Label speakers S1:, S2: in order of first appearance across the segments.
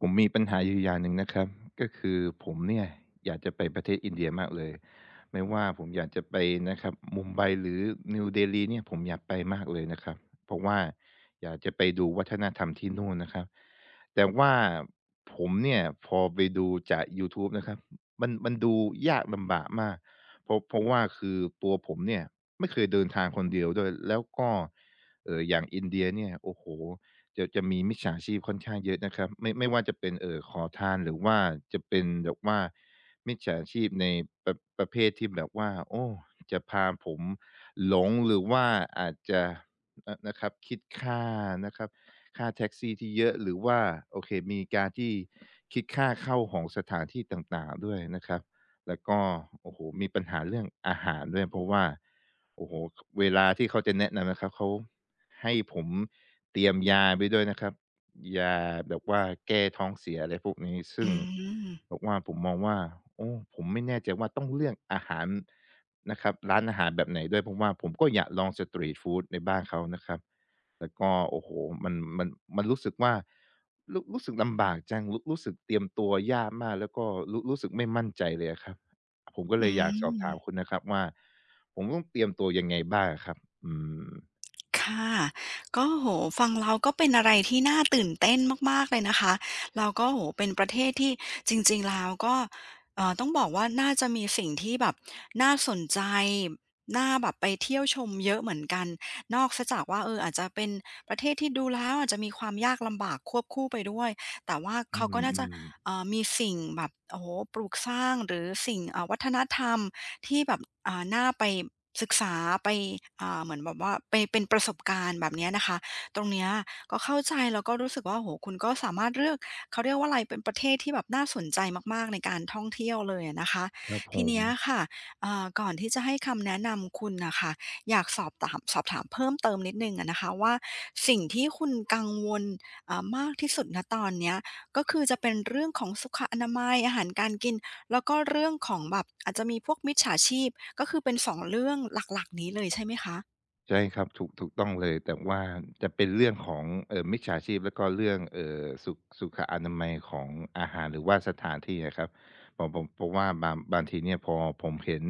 S1: ผมมีปัญหาอยู่อย่างหนึ่งนะครับก็คือผมเนี่ยอยากจะไปประเทศอินเดียมากเลยไม่ว่าผมอยากจะไปนะครับมุมไบหรือนิวเดลีเนี่ยผมอยากไปมากเลยนะครับเพราะว่าอยากจะไปดูวัฒนธรรมที่นู่นนะครับแต่ว่าผมเนี่ยพอไปดูจาก YouTube นะครับมันดูยากลำบากมากเพราะว่าคือตัวผมเนี่ยไม่เคยเดินทางคนเดียวด้วยแล้วก็อย่างอินเดียเนี่ยโอ้โห จะมีมิจฉาชีพค่อนข้างเยอะนะครับไม่ว่าจะเป็นขอทานหรือว่าจะเป็นแบบว่ามิจฉาชีพในประเภทที่แบบว่าโอ้จะพาผมหลงหรือว่าอาจจะนะครับคิดค่านะครับค่าแท็กซี่ที่เยอะหรือว่าโอเคมีการที่คิดค่าเข้าของสถานที่ต่างๆด้วยนะครับแล้วก็โอ้โหมีปัญหาเรื่องอาหารด้วยเพราะว่าโอ้โหเวลาที่เขาจะแนะนำนะครับเขาให้ผม เตรียมยาไปด้วยนะครับยาแบบว่าแก้ท้องเสียอะไรพวกนี้ซึ่
S2: อื
S1: ง
S2: ม
S1: บอกว่าผมมองว่าโอ้ผมไม่แน่ใจว่าต้องเลือกอาหารนะครับร้านอาหารแบบไหนด้วยเพราะว่าผมก็อยากลองสตรีตฟูดในบ้านเขานะครับแล้วก็โอ้โฮมันมันรู้สึกว่ารู้สึกลำบากจังรู้สึกเตรียมตัวยากมากแล้วก็รู้สึกไม่มั่นใจเลยอะครับผมก็
S2: อื
S1: เลยอยากสอบถามคุ
S2: ม
S1: ณนะครับว่าผมต้องเตรียมตัวยังไงบ้างอะครับอืม
S2: ค่ะก็โอ้โฮฟังแล้วก็เป็นอะไรที่น่าตื่นเต้นมากๆเลยนะคะแล้วก็โอ้โฮเป็นประเทศที่จริงๆแล้วก็ต้องบอกว่าน่าจะมีสิ่งที่แบบน่าสนใจ น่าแบบไปเที่ยวชมเยอะเหมือนกัน นอกเสียจากว่าอาจจะเป็นประเทศที่ดูแล้วอาจจะมีความยากลำบากควบคู่ไปด้วย แต่ว่า
S1: อื
S2: เขาก็น่าจะ
S1: ม
S2: มีสิ่งแบบโอ้โฮปลูกสร้างหรือสิ่งวัฒนธรรม ที่แบบน่าไปศึกษาไปเหมือนแบบว่าไปเป็นประสบการณ์แบบเนี้ยนะคะตรงเนี้ยก็เข้าใจแล้วก็รู้สึกว่าโอ้โฮคุณก็สามารถเลือกเขาเรียกว่าอะไรเป็นประเทศที่แบบน่าสนใจมากๆ ในการท่องเที่ยวเลยอะนะคะ
S1: ๆครับผ
S2: ที
S1: ม
S2: เนี้ยค่ะก่อนที่จะให้คำแนะนำคุณน่ะค่ะอยากสอบถามเพิ่มเติมนิดหนึ่งอะนะคะว่า สิ่งที่คุณกังวลมากที่สุดณตอนเนี้ยก็คือจะเป็นเรื่องของสุขอนามัยอาหารการกิน แล้วก็เรื่องของแบบอาจจะมีพวกมิจฉาชีพก็คือเป็นสองเรื่องหลักๆนี้เลยใช่ไหมคะ
S1: ใช่ครับถูกต้องเลยแต่ว่าจะเป็นเรื่องของมิจฉาชีพแล้วก็เรื่องสุขอนามัยของอาหารหรือว่าสถานที่อะครับผมเพราะว่าบางทีเนี่ยพอผมเห็น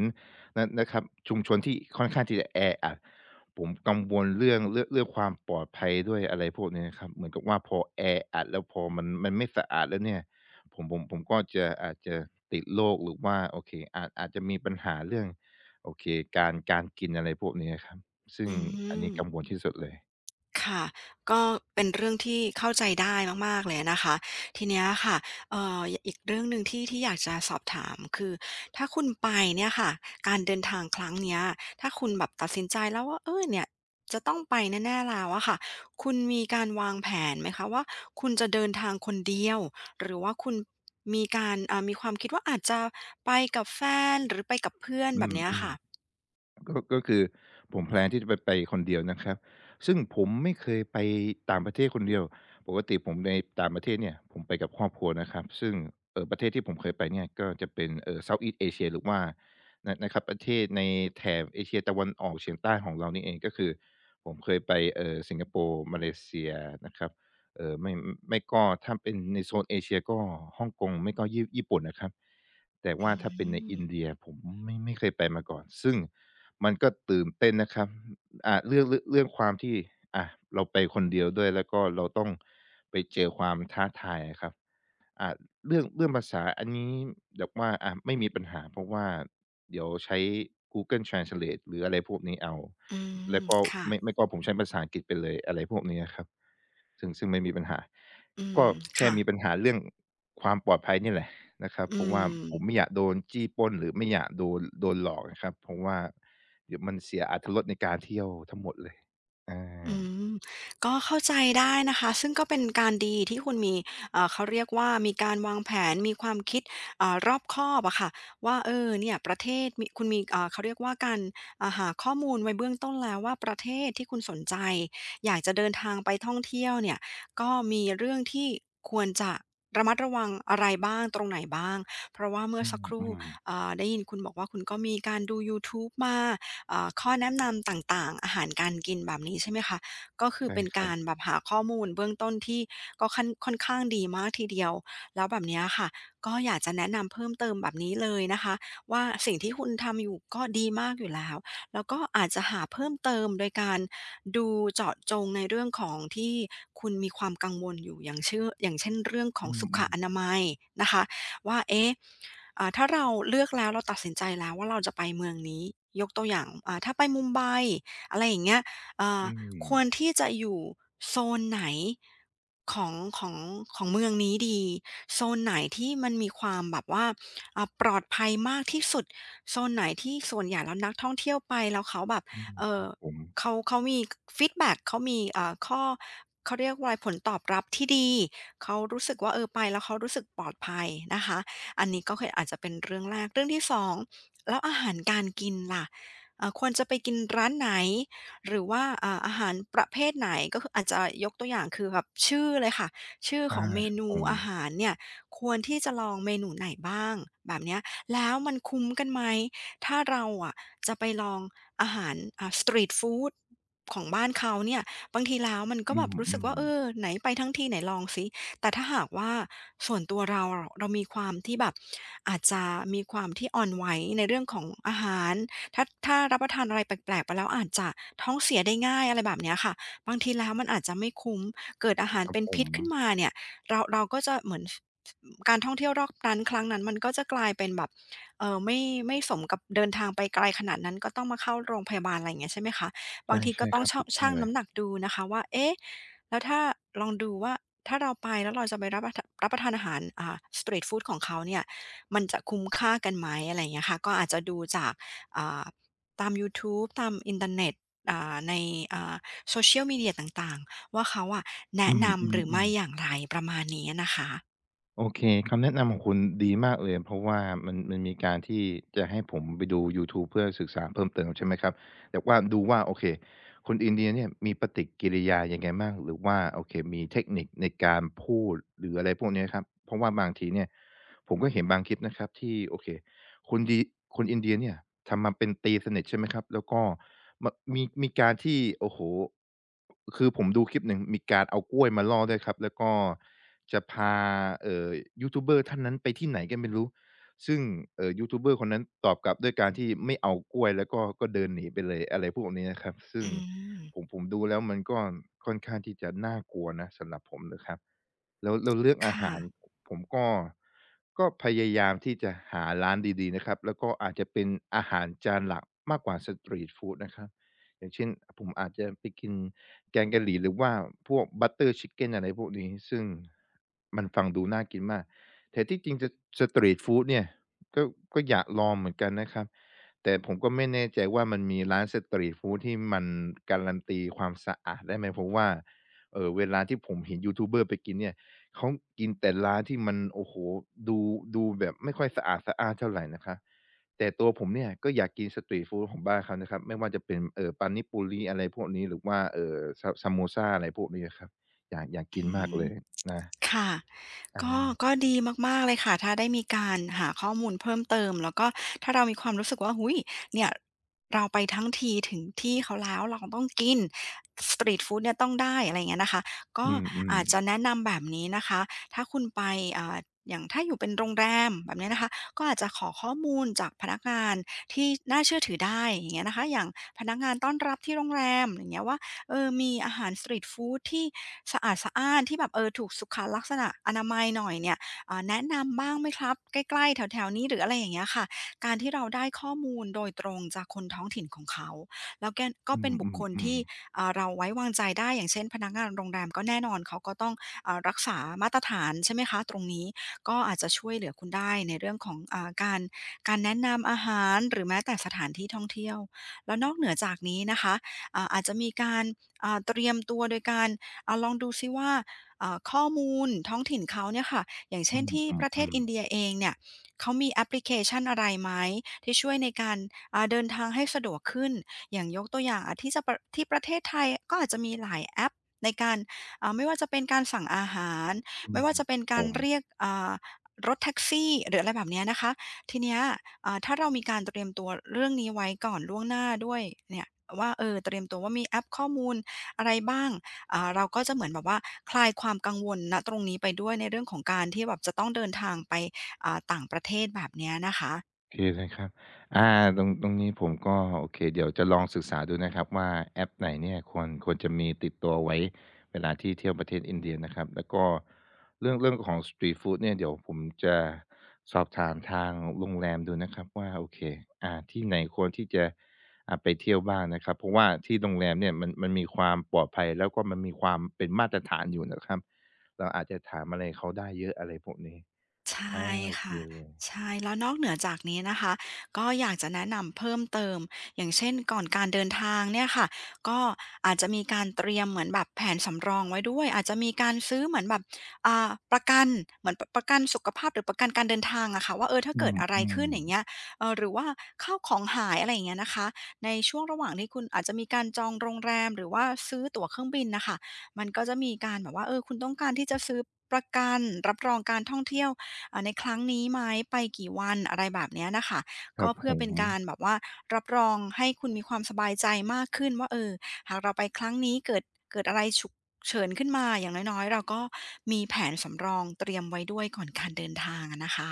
S1: นะครับชุมชนที่ค่อนข้างที่จะแออัดผมกังวลเรื่องความปลอดภัยด้วยอะไรพวกนี้นะครับเหมือนกับว่าพอแออัดแล้วพอมันไม่สะอาดแล้วเนี่ยผมก็จะอาจจะติดโรคหรือว่าโอเคอาจจะมีปัญหาเรื่องโอเคการกินอะไรพวกนี้อะครับ ซึ่
S2: อื
S1: งอัน
S2: ม
S1: นี้กังวลที่สุดเลย
S2: ค่ะก็เป็นเรื่องที่เข้าใจได้มากๆเลยนะคะ ทีเนี้ยค่ะเอ่ออีกเรื่องหนึ่งที่อยากจะสอบถามคือถ้าคุณไปเนี่ยค่ะการเดินทางครั้งเนี้ยถ้าคุณแบบตัดสินใจแล้วว่าเออเนี่ย จะต้องไปแน่ๆแล้วอะค่ะคุณมีการวางแผนไหมคะว่าคุณจะเดินทางคนเดียว หรือว่าคุณมีการมีความคิดว่าอาจจะไปกับแฟนหรือไปกับเพื่อน
S1: อื
S2: แบบ
S1: ม
S2: เนี้ย
S1: อื
S2: ค่ะ
S1: ก็คือผมแพลนที่จะไปคนเดียวนะครับ ซึ่งผมไม่เคยไปต่างประเทศคนเดียวปกติผมในต่างประเทศเนี่ยผมไปกับครอบครัวนะครับซึ่งประเทศที่ผมเคยไปเนี่ยก็จะเป็นSoutheast Asia หรือว่านะครับประเทศในแถบเอเชียตะวันออกเฉียงใต้ของเรานี่เองก็คือผมเคยไปสิงคโปร์มาเลเซียนะครับเอ่อไม่ไม่ก็ถ้าเป็นในโซนเอเชียก็ฮ่องกงไม่ก็ญี่ปุ่นนะครับแต่ว่า
S2: อื
S1: ถ้าเป็นใน
S2: ม
S1: อินเดียผมไม่เคยไปมาก่อนซึ่ง มันก็ตื่นเต้นนะครับเรื่องความที่อ่าเราไปคนเดียวด้วย แล้วก็เราต้องไปเจอความท้าทายอะครับอ่าเรื่องภาษาอันนี้แบบว่าไม่มีปัญหาเพราะว่าเดี๋ยวใช้ Google Translate หรืออะไรพวกนี้เอา
S2: อื
S1: แล้
S2: ม
S1: วก็
S2: ค่ะ
S1: ไม่ก็ผมใช้ภาษาอังกฤษไปเลย อะไรพวกนี้อะครับ ซึ่งไม่มีปัญหา
S2: อื
S1: ก็
S2: ม
S1: แค่
S2: ค่ะ
S1: มีปัญหาเรื่องความปลอดภัยนี่แหละนะครับเพ
S2: อื
S1: ราะว่า
S2: ม
S1: ผมไม่อยากโดนจี้ปล้นหรือไม่อยากโดนหลอกอะครับเพราะว่าเดี๋ยวมันเสียอรรถรสในการเที่ยวทั้งหมดเลยอ
S2: อื
S1: า
S2: มก็เข้าใจได้นะคะซึ่งก็เป็นการดีที่คุณมีเขาเรียกว่ามีการวางแผนมีความคิดรอบคอบอะค่ะว่าเออเนี่ยประเทศมีคุณมีเขาเรียกว่าการหาข้อมูลไว้เบื้องต้นแล้วว่าประเทศที่คุณสนใจอยากจะเดินทางไปท่องเที่ยวเนี่ยก็มีเรื่องที่ควรจะระมัดระวังอะไรบ้างตรงไหนบ้างเพราะว่าเมื่อ
S1: อื
S2: สักครู่
S1: ม
S2: ได้ยินคุณบอกว่าคุณก็มีการดูยูทูบมา ข้อแนะนำต่างๆอาหารการกินแบบนี้ใช่ไหมคะก็
S1: ๆ
S2: คือ
S1: ใช่
S2: เป็น
S1: ครั
S2: กา
S1: บ
S2: รแบบหาข้อมูลเบื้องต้นที่ก็ค่อนข้างดีมากทีเดียวแล้วแบบเนี้ยค่ะก็อยากจะแนะนำเพิ่มเติมแบบนี้เลยนะคะว่าสิ่งที่คุณทำอยู่ก็ดีมากอยู่แล้วแล้วก็อาจจะหาเพิ่มเติมโดยการดูเจาะจงในเรื่องของที่คุณมีความกังวลอยู่อย่างเช่นเรื่องขอ
S1: อื
S2: งสุขอนา
S1: ม
S2: มัยนะคะ ว่าเอ๊ะถ้าเราเลือกแล้วเราตัดสินใจแล้วว่าเราจะไปเมืองนี้ ยกตัวอย่างถ้าไปมุมไบอะไรอย่างเงี้ย
S1: ๆ
S2: อ่า
S1: อืม
S2: ควรที่จะอยู่โซนไหนของของของเมืองนี้ดี โซนไหนที่มันมีความแบบว่าปลอดภัยมากที่สุด โซนไหนที่ส่วนใหญ่แล้วนักท่องเที่ยวไปแล้วเขาแบบ
S1: อืม
S2: เอ่
S1: ค
S2: อ
S1: รับผม
S2: เขามีฟีดแบ็กเขามีข้อเขาเรียกว่าอะไรผลตอบรับที่ดี เขารู้สึกว่าเออไปแล้วเขารู้สึกปลอดภัยนะคะอันนี้ก็คืออาจจะเป็นเรื่องแรกเรื่องที่สองแล้วอาหารการกินล่ะควรจะไปกินร้านไหนหรือว่าอาหารประเภทไหนก็คืออาจจะยกตัวอย่างคือแบบชื่อเลยค่ะชื่อข
S1: อา
S2: องเม
S1: ครับ
S2: นู
S1: ผม
S2: อาหารเนี่ยควรที่จะลองเมนูไหนบ้างแบบเนี้ยแล้วมันคุ้มกันไหมถ้าเราอะจะไปลองอาหารสตรีตฟูดของบ้านเขาเนี่ยบางทีแล้วมันก็
S1: อื
S2: แบบรู้สึก
S1: ม
S2: ว่าเอ
S1: ๆ
S2: อไหนไปทั้งทีไหนลองสิ แต่ถ้าหากว่าส่วนตัวเราเรามีความที่แบบอาจจะมีความที่อ่อนไหวในเรื่องของอาหารถ้ารับประทานอะไรแปลกๆไปแล้วอาจจะท้องเสียได้ง่ายอะไรแบบเนี้ยค่ะบางทีแล้วมันอาจจะไม่คุ้มเกิดอาหาร
S1: ครับ
S2: เป็น
S1: ผ
S2: พิ
S1: ม
S2: ษขึ้นมาเนี่ยเราก็จะเหมือนการท่องเที่ยวรอบนั้นครั้งนั้นมันก็จะกลายเป็นแบบเออไม่สมกับเดินทางไปไกลขนาดนั้นก็ต้องมาเข้าโรงพยาบาลอะไรอย่างเงี้ยใช่ไหมคะบา
S1: ใช่
S2: งทีก็
S1: ใช่
S2: ต้อ
S1: ค
S2: ง
S1: รับ
S2: ช่า
S1: ถู
S2: ง
S1: กต้อง
S2: ชั่ง
S1: เลย
S2: น้ำหนักดูนะคะว่าเอ๊ะแล้วถ้าลองดูว่า ถ้าเราไปแล้วเราจะไปรับประทานอาหารสตรีทฟูดของเขาเนี่ยมันจะคุ้มค่ากันไหมอะไรอย่างเงี้ยค่ะก็อาจจะดูจากอ่าตามยูทูบตามอินเทอร์เน็ตในโซเ Social Media ต่างๆว่าเขาอะ
S1: อื
S2: แนะนำหรือไม่
S1: มๆ
S2: อ
S1: ๆ
S2: ย่างไรประมาณนี้นะคะ
S1: โอเคคำแนะนำของคุณดีมากเลยเพราะว่ามันมีการที่จะให้ผมไปดูยูทูบเพื่อศึกษาเพิ่มเติมใช่ไหมครับแต่ว่าดูว่าโอเคคนอินเดียเนี่ยมีปฏิกิริยายังไงบ้างหรือว่าโอเคมีเทคนิคในการพูดหรืออะไรพวกเนี้ยครับเพราะว่าบางทีเนี่ยผมก็เห็นบางคลิปนะครับที่โอเคคนดีคนอินเดียเนี่ยทำมาเป็นตีสนิทใช่ไหมครับแล้วก็มะมีการที่โอ้โฮคือผมดูคลิปหนึ่งมีการเอากล้วยมาล่อด้วยครับแล้วก็ จะพาเอ่อยูทูบเบอร์ท่านนั้นไปที่ไหนกันไม่รู้ซึ่งยูทูบเบอร์คนนั้นตอบกลับด้วยการที่ไม่เอากล้วยแล้วก็เดินหนีไปเลยอะไรพวกนี้นะครับซึ่ง
S2: อืม
S1: ผมดูแล้วมันก็ค่อนข้างที่จะน่ากลัวนะสำหรับผมนะครับแล้วเรื่องอา
S2: ค่ะ
S1: หารผมก็พยายามที่จะหาร้านดีๆนะครับแล้วก็อาจจะเป็นอาหารจานหลักมากกว่าสตรีตฟูดนะครับ อย่างเช่นผมอาจจะไปกินแกงกะหรี่หรือว่าพวก Butter Chicken อะไรพวกนี้ซึ่งมันฟังดูน่ากินมากแต่ที่จริงจะสตรีตฟูดเนี่ยก็ก็อยากลองเหมือนกันนะครับแต่ผมก็ไม่แน่ใจว่ามันมีร้านสตรีตฟูดที่มันการันตีความสะอาดได้ไหมเพราะว่าเวลาที่ผมเห็นยูทูบเบอร์ไปกินเนี่ยเขากินแต่ร้านที่มันโอ้โฮดูดูแบบไม่ค่อยสะอาดสะอ้านเท่าไรนะครับ แต่ตัวผมเนี่ยก็อยากกินสตรีตฟูดของบ้านเขานะครับไม่ว่าจะเป็นปานิปุริอะไรพวกนี้หรือว่าซาโมซาอะไรพวกนี้อะครับอยากกิน
S2: อื
S1: มาก
S2: ม
S1: เลยนะ
S2: ค่ะ
S1: อา
S2: ก็ดีมากๆเลยค่ะถ้าได้มีการหาข้อมูลเพิ่มเติมแล้วก็ถ้าเรามีความรู้สึกว่าอุ๊ยเนี่ยเราไปทั้งทีถึงที่เขาแล้วเราต้องกินสตรีตฟูดเนี่ยต้องได้อะไรอย่างเงี้ยนะคะก็
S1: อืม
S2: อาจจะ
S1: ๆ
S2: แนะนำแบบนี้นะคะถ้าคุณไปอ่าอย่างถ้าอยู่เป็นโรงแรมแบบเนี้ยนะคะก็อาจจะขอข้อมูลจากพนักงานที่น่าเชื่อถือได้อย่างเงี้ยนะคะอย่างพนักงานต้อนรับที่โรงแรมอย่างเงี้ยว่าเออมีอาหารสตรีตฟูดที่ สะอาดสะอ้านที่แบบเออถูกสุขลักษณะอนามัยหน่อยเนี่ยแนะนำบ้างไหมครับใกล้ๆแถวๆนี้หรืออะไรอย่างเงี้ยค่ะการที่เราได้ข้อมูลโดยตรงจากคนท้องถิ่นของเขาแล้วแกก็
S1: อื
S2: เป็นบุคคล
S1: ม
S2: ที่
S1: ๆๆ
S2: เราไว้วางใจได้อย่างเช่นพนักงานโรงแรมก็แน่นอนเขาก็ต้องรักษามาตรฐานใช่ไหมคะตรงนี้ก็อาจจะช่วยเหลือคุณได้ในเรื่องของการแนะนำอาหารหรือแม้แต่สถานที่ท่องเที่ยวแล้วนอกเหนือจากนี้นะคะอาจจะมีการเตรียมตัวโดยการ ลองดูซิว่าข้อมูลท้องถิ่นเขาเนี่ยค่ะอย่าง
S1: อื
S2: เช่นที่ประเทศ
S1: ม
S2: อินเดี
S1: ๆ
S2: ยเองเนี่ยเขามีแอปพลิเคชันอะไรไหมที่ช่วยในการเดินทางให้สะดวกขึ้นอย่างยกตัวอย่างอ่ะที่จะประที่ประเทศไทยก็อาจจะมีหลายแอปในการไม่ว่าจะเป็นการสั่งอาหาร
S1: ๆอื
S2: ไม่
S1: ม
S2: ว่าจะเป็น
S1: ผ
S2: การ
S1: ม
S2: เรียกรถแท็กซี่หรืออะไรแบบเนี้ยนะคะ ทีเนี้ยถ้าเรามีการเตรียมตัวเรื่องนี้ไว้ก่อนล่วงหน้าด้วยเนี่ยว่าเออเตรียมตัวว่ามีแอปข้อมูลอะไรบ้าง เราก็จะเหมือนแบบว่าคลายความกังวลณตรงนี้ไปด้วยในเรื่องของการที่แบบจะต้องเดินทางไปต่างประเทศแบบเนี้ยนะคะ
S1: โอเคเลยครับอาตรงนี้ผมก็โอเคเดี๋ยวจะลองศึกษาดูนะครับว่าแอปไหนเนี่ยควรจะมีติดตัวไว้เวลาที่เที่ยวประเทศอินเดียนะครับ แล้วก็เรื่องของสตรีตฟูดเนี่ยเดี๋ยวผมจะสอบถามทางโรงแรมดูนะครับว่าโอเคที่ไหนควรที่จะไปเที่ยวบ้างนะครับเพราะว่าที่โรงแรมเนี่ยมันมีความปลอดภัยแล้วก็มันมีความเป็นมาตรฐานอยู่นะครับ เราอาจจะถามอะไรเขาได้เยอะอะไรพวกนี้
S2: ใช
S1: อา
S2: ่
S1: โอเค
S2: ค่ะ
S1: เลย
S2: ใช่แล้วนอกเหนือจากนี้นะคะก็อยากจะแนะนำเพิ่มเติมอย่างเช่นก่อนการเดินทางเนี่ยค่ะก็อาจจะมีการเตรียมเหมือนแบบแผนสำรองไว้ด้วยอาจจะมีการซื้อเหมือนแบบประกันเหมือนประกันสุขภาพหรือประกันการเดินทางอะค่ะว่าเออถ้าเกิดอะไร
S1: อื
S2: ขึ้นอ
S1: ม
S2: ย่างเงี้ย
S1: ๆ
S2: เอ่อหรือว่าข้าวของหายอะไรอย่างเงี้ยนะคะในช่วงระหว่างที่คุณอาจจะมีการจองโรงแรมหรือว่าซื้อตั๋วเครื่องบินน่ะค่ะมันก็จะมีการแบบว่าเออคุณต้องการที่จะซื้อประกันรับรองการท่องเที่ยว ในครั้งนี้ไหมไปกี่วันอะไรแบบเนี้ยนะคะ
S1: ครั
S2: ก็
S1: บผ
S2: เพื่อ
S1: ม
S2: เป็นการแบบว่ารับรองให้คุณมีความสบายใจมากขึ้นว่าเออหากเราไปครั้งนี้เกิดอะไรฉุกเฉินขึ้นมาอย่างน้อยๆเราก็มีแผนสำรองเตรียมไว้ด้วยก่อนการเดินทางอะนะคะ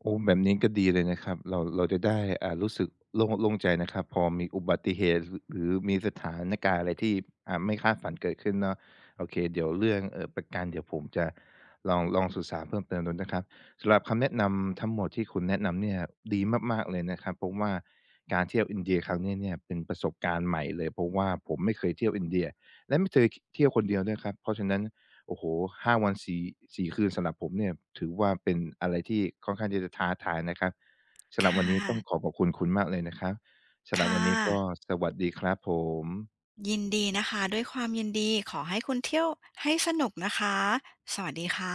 S1: โอ้แบบนี้ก็ดีเลยนะครับเราจะได้รู้สึกโล่งใจนะครับพอมีอุบัติเหตุหรือมีสถานการณ์อะไรที่ไม่คาดฝันเกิดขึ้นเนาะโอเคเดี๋ยวเรื่องประกันเดี๋ยวผมจะลองศึกษาเพิ่มเติมดูนะครับสำหรับคำแนะนำทั้งหมดที่คุณแนะนำเนี่ยดีมากๆเลยนะครับเพราะว่าการเที่ยวอินเดียครั้งนี้เนี่ยเป็นประสบการณ์ใหม่เลยเพราะว่าผมไม่เคยเที่ยวอินเดียและไม่เคยเที่ยวคนเดียวด้วยครับเพราะฉะนั้น โอ้โห5วัน สี่คืนสำหรับผมเนี่ยถือว่าเป็นอะไรที่ค่อนข้างที่จะท้าทายนะครับสำหรับ
S2: ค่ะ
S1: วันนี้ต้องขอขอบคุณคุณมากเลยนะครับสำหรับ
S2: ค่
S1: วันนี้ก็
S2: ะ
S1: สวัสดีครับผม
S2: ยินดีนะคะด้วยความยินดีขอให้คุณเที่ยวให้สนุกนะคะสวัสดีค่ะ